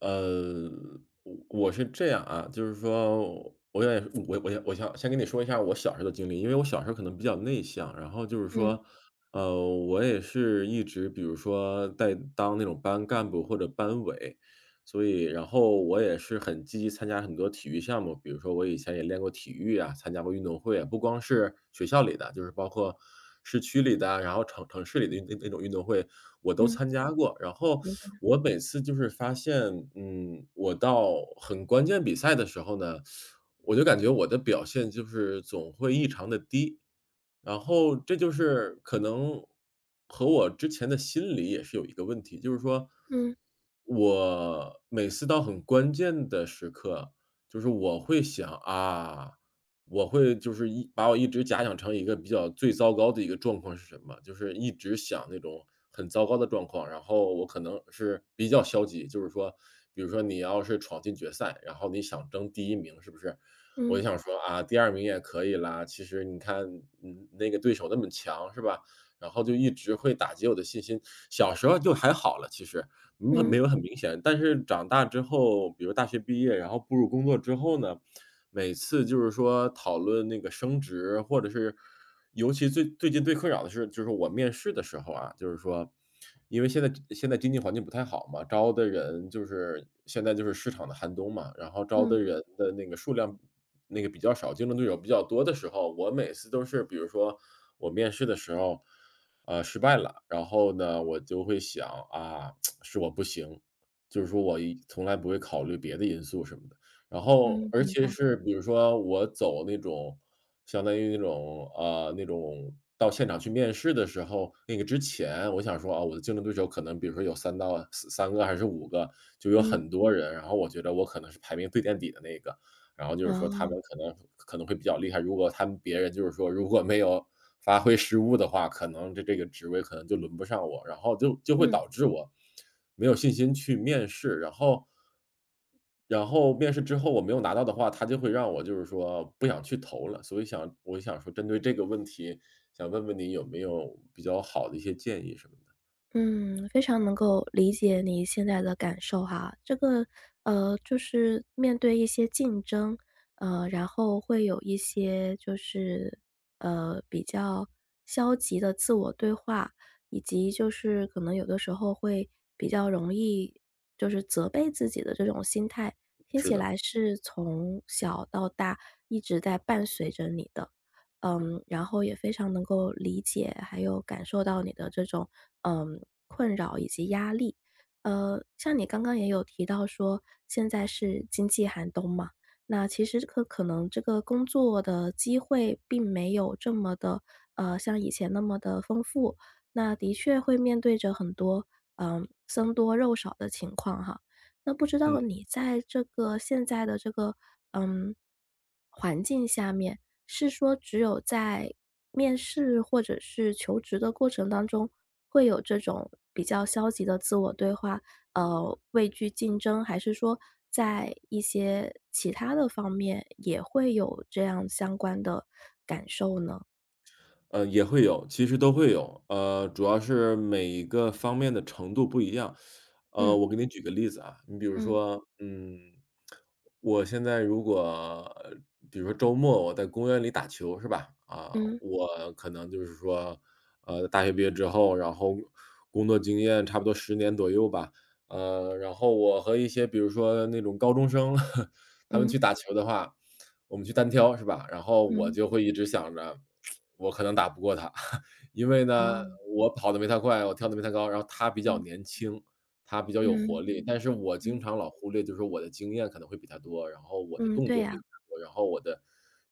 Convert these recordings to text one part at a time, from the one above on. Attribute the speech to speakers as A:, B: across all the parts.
A: 呃，我是这样啊，就是说，我也我想先跟你说一下我小时候的经历。因为我小时候可能比较内向，然后就是
B: 嗯
A: 说，我也是一直比如说在当那种班干部或者班委，所以然后我也是很积极参加很多体育项目。比如说我以前也练过体育啊，参加过运动会啊，不光是学校里的，就是包括市区里的啊，然后城市里的那种运动会我都
B: 嗯，
A: 参加过。然后
B: 明白，
A: 我每次就是发现，嗯，我到很关键比赛的时候呢，我就感觉我的表现就是总会异常的低。然后这就是可能和我之前的心理也是有一个问题，就是说，
B: 嗯
A: 我每次到很关键的时刻，就是我会想啊，我会就是把我一直假想成一个比较最糟糕的一个状况是什么，就是一直想那种很糟糕的状况，然后我可能是比较消极，就是说，比如说你要是闯进决赛，然后你想争第一名，是不是？我就
B: 嗯
A: 想说啊，第二名也可以啦，其实你看，嗯，那个对手那么强是吧？然后就一直会打击我的信心。小时候就还好了，其实，嗯，
B: 嗯嗯
A: 没有很明显，但是长大之后，比如大学毕业，然后步入工作之后呢，每次就是说讨论那个升职，或者是尤其最近最困扰的是，就是我面试的时候啊，就是说，因为现在经济环境不太好嘛，招的人就是现在就是市场的寒冬嘛，然后招的
B: 嗯，
A: 人的那个数量，那个比较少，竞争对手比较多的时候，我每次都是比如说我面试的时候，呃，失败了，然后呢，我就会想啊，是我不行，就是说我从来不会考虑别的因素什么的。然后
B: 嗯
A: 而
B: 明
A: 且
B: 白，
A: 是比如说我走那种，相当于那种，那种到现场去面试的时候，那个之前我想说，啊，我的竞争对手可能比如说有三到三个还是五个，就有
B: 嗯，
A: 很多人，然后我觉得我可能是排名最垫底的那个。然后就是说他
B: 哦，
A: 们可能会比较厉害，如果他们别人就是说如果没有发挥失误的话，可能这个职位可能就轮不上我，然后就会
B: 嗯。
A: 导致我没有信心去面试。然后面试之后我没有拿到的话，他就会让我就是说不想去投了，所以我想说针对这个问题，想问问你有没有比较好的一些建议什么的？
B: 嗯，非常能够理解你现在的感受哈。这个，就是面对一些竞争，然后会有一些就是，比较消极的自我对话，以及就是可能有的时候会比较容易就是责备自己的这种心态，听
A: 是
B: 起
A: 的。
B: 来是从小到大一直在伴随着你的。嗯，然后也非常能够理解，还有感受到你的这种嗯困扰以及压力。像你刚刚也有提到说，现在是经济寒冬嘛，那其实可能这个工作的机会并没有这么的像以前那么的丰富，那的确会面对着很多僧多肉少的情况哈。那不知
A: 嗯。
B: 道你在这个现在的这个嗯环境下面，是说只有在面试或者是求职的过程当中，会有这种比较消极的自我对话，畏惧竞争，还是说在一些其他的方面也会有这样相关的感受呢？
A: 也会有，其实都会有，呃，主要是每一个方面的程度不一样。
B: 嗯
A: 我给你举个例子啊，你比如
B: 嗯
A: 说，嗯，我现在如果比如说周末我在公园里打球是吧？啊，
B: 嗯
A: 我可能就是说，呃，大学毕业之后，然后工作经验差不多10年左右吧。然后我和一些比如说那种高中生 他们
B: 嗯
A: 去打球的话，我们去单挑是吧？然后我
B: 嗯，
A: 就会一直想着，我可能打不过他，因为呢，
B: 哦，
A: 我跑得没他快，我跳得没他高，然后他比较
B: 嗯
A: 年轻，他比较有活
B: 嗯
A: 力，但是我经
B: 嗯
A: 常老忽略，就是我的经验可能会比他多，然后我的
B: 嗯，
A: 动
B: 对
A: 作会
B: 呀，
A: 比他多，然后我的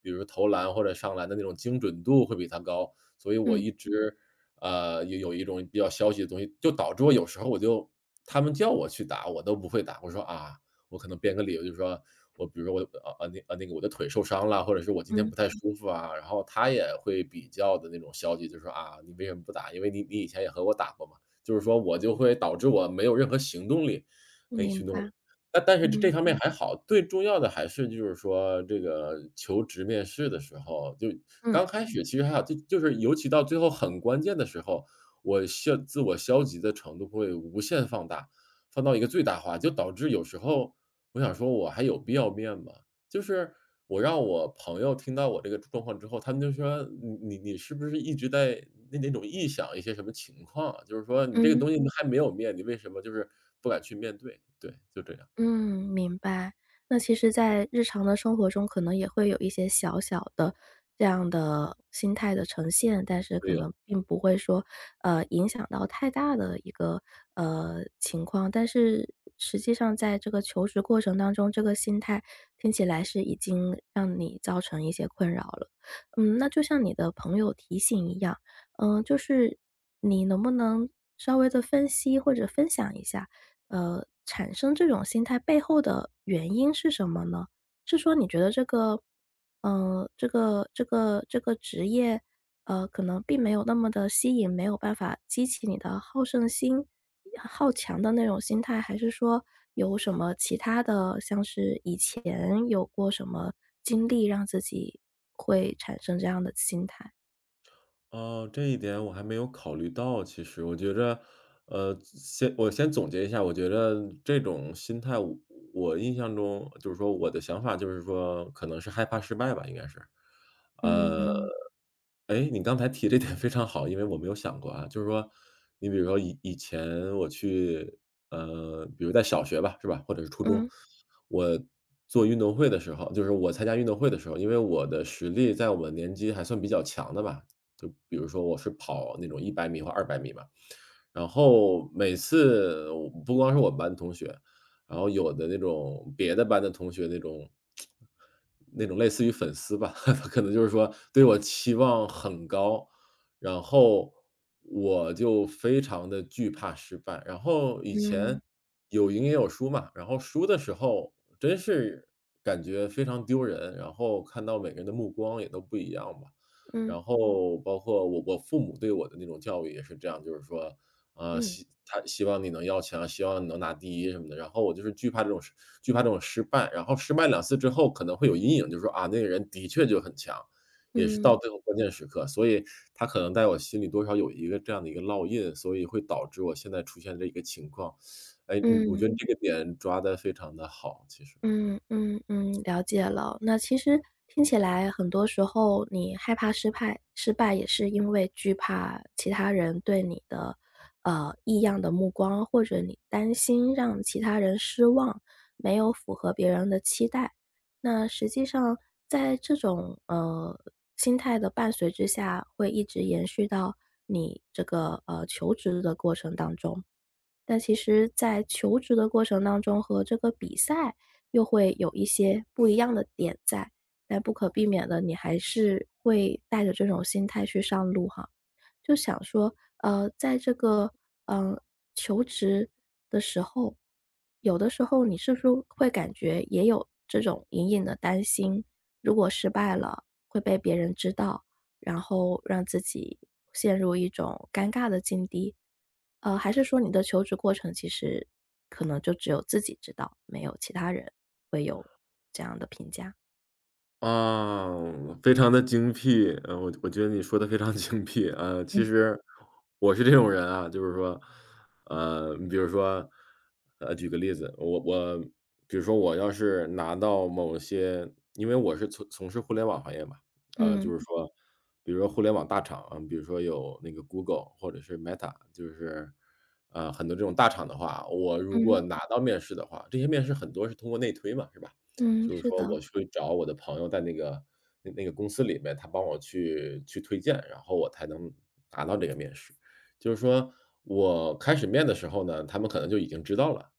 A: 比如投篮或者上篮的那种精准度会比他高，所以我
B: 嗯
A: 一直，呃，有一种比较消极的东西，就导致我有时候，他们叫我去打，我都不会打，我说："啊，我可能编个理由，就是说我比如说我的，那个，我的腿受伤了，或者是我今天
B: 嗯，
A: 不太舒服啊。"然后他也会比较的那种消极，就说："啊，你为什么不打？因为你以前也和我打过嘛。"就是说我就会导致我没有任何行动力可以
B: 明
A: 去弄
B: 白，
A: 了。但是这
B: 嗯
A: 方面还好，最重要的还是就是说这个求职面试的时候，就
B: 嗯
A: 刚开始其实还好，就是尤其到最后很关键的时候，自我消极的程度会无限放大，放到一个最大化，就导致有时候我想说我还有必要面吗？就是我让我朋友听到我这个状况之后，他们就说："你是不是一直在那种臆想一些什么情况啊，就是说你这个
B: 嗯。
A: 东西还没有面，你为什么就是不敢去面对？"对，就这样。
B: 嗯，明白。那其实在日常的生活中，可能也会有一些小小的这样的心态的呈现，但是可
A: 没有。
B: 能并不会说，影响到太大的一个，情况。但是实际上在这个求职过程当中，这个心态听起来是已经让你造成一些困扰了。嗯，那就像你的朋友提醒一样，嗯，就是你能不能稍微的分析或者分享一下，产生这种心态背后的原因是什么呢？是说你觉得这个，这个职业，可能并没有那么的吸引，没有办法激起你的好胜心、好强的那种心态，还是说有什么其他的，像是以前有过什么经历让自己会产生这样的心态？
A: 哦，这一点我还没有考虑到。其实我觉着，呃，我先总结一下，我觉着这种心态，我印象中就是说我的想法就是说，可能是害怕失败吧，应该是。呃，
B: 嗯，
A: 哎，你刚才提这点非常好，因为我没有想过啊，就是说，你比如说以前我去，呃，比如在小学吧，是吧，或者是初中，
B: 嗯，
A: 我我参加运动会的时候，因为我的实力在我们年级还算比较强的吧，就比如说我是跑那种100米或200米嘛，然后每次我不光是我们班同学，然后有的那种别的班的同学，那种类似于粉丝吧，他可能就是说对我期望很高，然后我就非常的惧怕失败。然后以前
B: 嗯，
A: 有赢也有输嘛，然后输的时候真是感觉非常丢人，然后看到每个人的目光也都不一样吧。
B: 嗯，
A: 然后包括我父母对我的那种教育也是这样，就是说，啊，
B: 嗯，
A: 他希望你能要强，希望你能拿第一什么的。然后我就是惧怕这种失败，然后失败2次之后可能会有阴影，就说，啊，那个人的确就很强，也是
B: 嗯，
A: 到
B: 嗯，
A: 最后关键时刻，所以他可能在我心里多少有一个这样的一个烙印，所以会导致我现在出现这一个情况。哎，我
B: 嗯。
A: 觉得这个点抓得非常的好，其实。
B: 嗯嗯嗯，了解了。那其实听起来很多时候你害怕失败，失败也是因为惧怕其他人对你的，异样的目光，或者你担心让其他人失望，没有符合别人的期待。那实际上在这种，心态的伴随之下，会一直延续到你这个，求职的过程当中。但其实在求职的过程当中和这个比赛又会有一些不一样的点在，但不可避免的，你还是会带着这种心态去上路哈。就想说，在这个，嗯呃求职的时候，有的时候你是不是会感觉也有这种隐隐的担心，如果失败了会被别人知道，然后让自己陷入一种尴尬的境地？还是说你的求职过程其实可能就只有自己知道，没有其他人会有这样的评价？
A: 啊，非常的精辟，呃，我觉得你说的非常 精辟啊。其实我是这种人啊，就是说，呃，你比如说，呃，举个例子，我比如说我要是拿到某些，因为我是从事互联网行业嘛。
B: 嗯，
A: 就是说，比如说互联网大厂啊，比如说有那个 Google 或者是 Meta,就是，呃，很多这种大厂的话，我如
B: 嗯，
A: 果拿到面试的话，这些面试很多是通过内推嘛，是吧？
B: 嗯，
A: 就是
B: 是
A: 说
B: 的，
A: 我去找我的朋友在那个，那个公司里面，他帮我去推荐，然后我才能达到这个面试。就是说我开始面的时候呢，他们可能就已经知道了，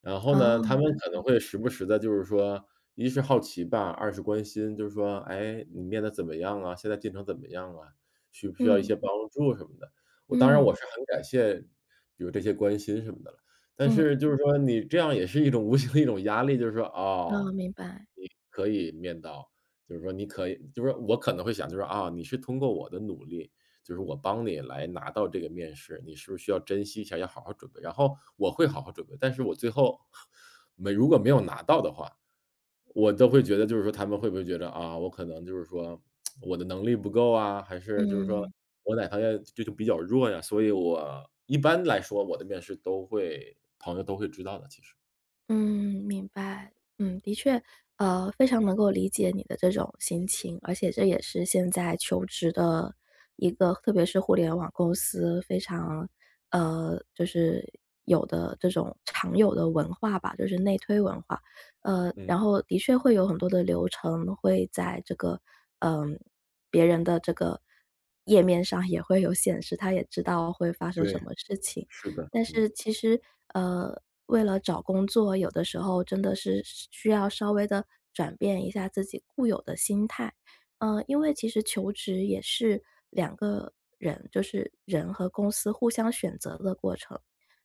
A: 然后
B: 哦，
A: 呢，他们
B: 了
A: 可能
B: 解，
A: 会时不时的，就是说，一是好奇吧，二是关心，就是说："哎，你面的怎么样啊？现在进程怎么样啊？需不需要一
B: 嗯，
A: 些帮助什么的？"我当然我
B: 嗯，
A: 是很感谢，比如这些关心什么的，了。但
B: 嗯。
A: 是就是说你这样也是一种无形的一种压力，就是说，
B: 哦，
A: 哦，
B: 明白，
A: 你可以面到，就是说你可以，就是说我可能会想就是说，啊，你是通过我的努力，就是我帮你来拿到这个面试，你是不是需要珍惜一下，要好好准备？然后我会好好准备，但是我最后，没如果没有拿到的话，我都会觉得就是说他们会不会觉得啊，我可能就是说我的能力不够啊，还是就是说
B: 嗯，
A: 我哪方面就比较弱呀？所以我一般来说我的面试都会，朋友都会知道的，其实，
B: 嗯，明白，嗯，的确，非常能够理解你的这种心情，而且这也是现在求职的一个，特别是互联网公司非常，就是有的这种常有的文化吧，就是内推文化，
A: 嗯，
B: 然后的确会有很多的流程会在这个，嗯、别人的这个页面上也会有显示，他也知道会发生
A: 对。
B: 什么事情。
A: 是的，
B: 但是
A: 嗯。
B: 其实，呃，为了找工作，有的时候真的是需要稍微的转变一下自己固有的心态。因为其实求职也是两个人，就是人和公司互相选择的过程。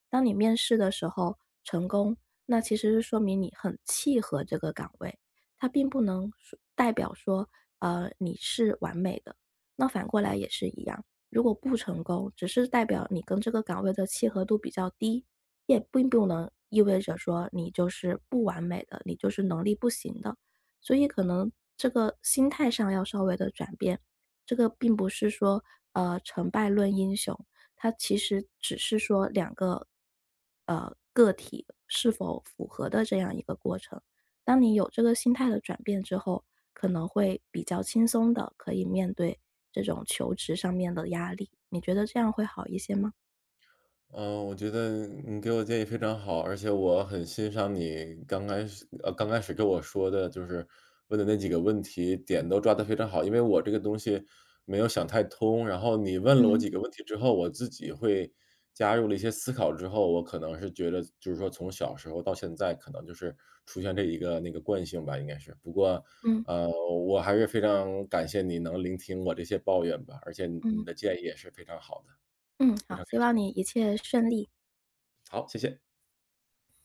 B: 当你面试的时候成功，那其实是说明你很契合这个岗位，它并不能说代表说，你是完美的，那反过来也是一样。如果不成功，只是代表你跟这个岗位的契合度比较低，也并不能意味着说你就是不完美的，你就是能力不行的。所以可能这个心态上要稍微的转变，这个并不是说成败论英雄，它其实只是说两个个体是否符合的这样一个过程。当你有这个心态的转变之后，可能会比较轻松的可以面对这种求职上面的压力，你觉得这样会好一些吗？
A: 嗯，我觉得你给我建议非常好，而且我很欣赏你刚开始跟我说的，就是问的那几个问题，点都抓得非常好。因为我这个东西没有想太通，然后你问了我
B: 嗯
A: 几个问题之后，我自己会加入了一些思考之后，我可能是觉得就是说从小时候到现在，可能就是出现这一个那个惯性吧，应该是。不过，
B: 嗯
A: 呃，我还是非常感谢你能聆听我这些抱怨吧，而且你
B: 嗯。
A: 你的建议也是非常好的，
B: 嗯，
A: 非
B: 好，
A: 常
B: 希
A: 感
B: 望
A: 谢。
B: 你一切顺利。
A: 好，谢谢。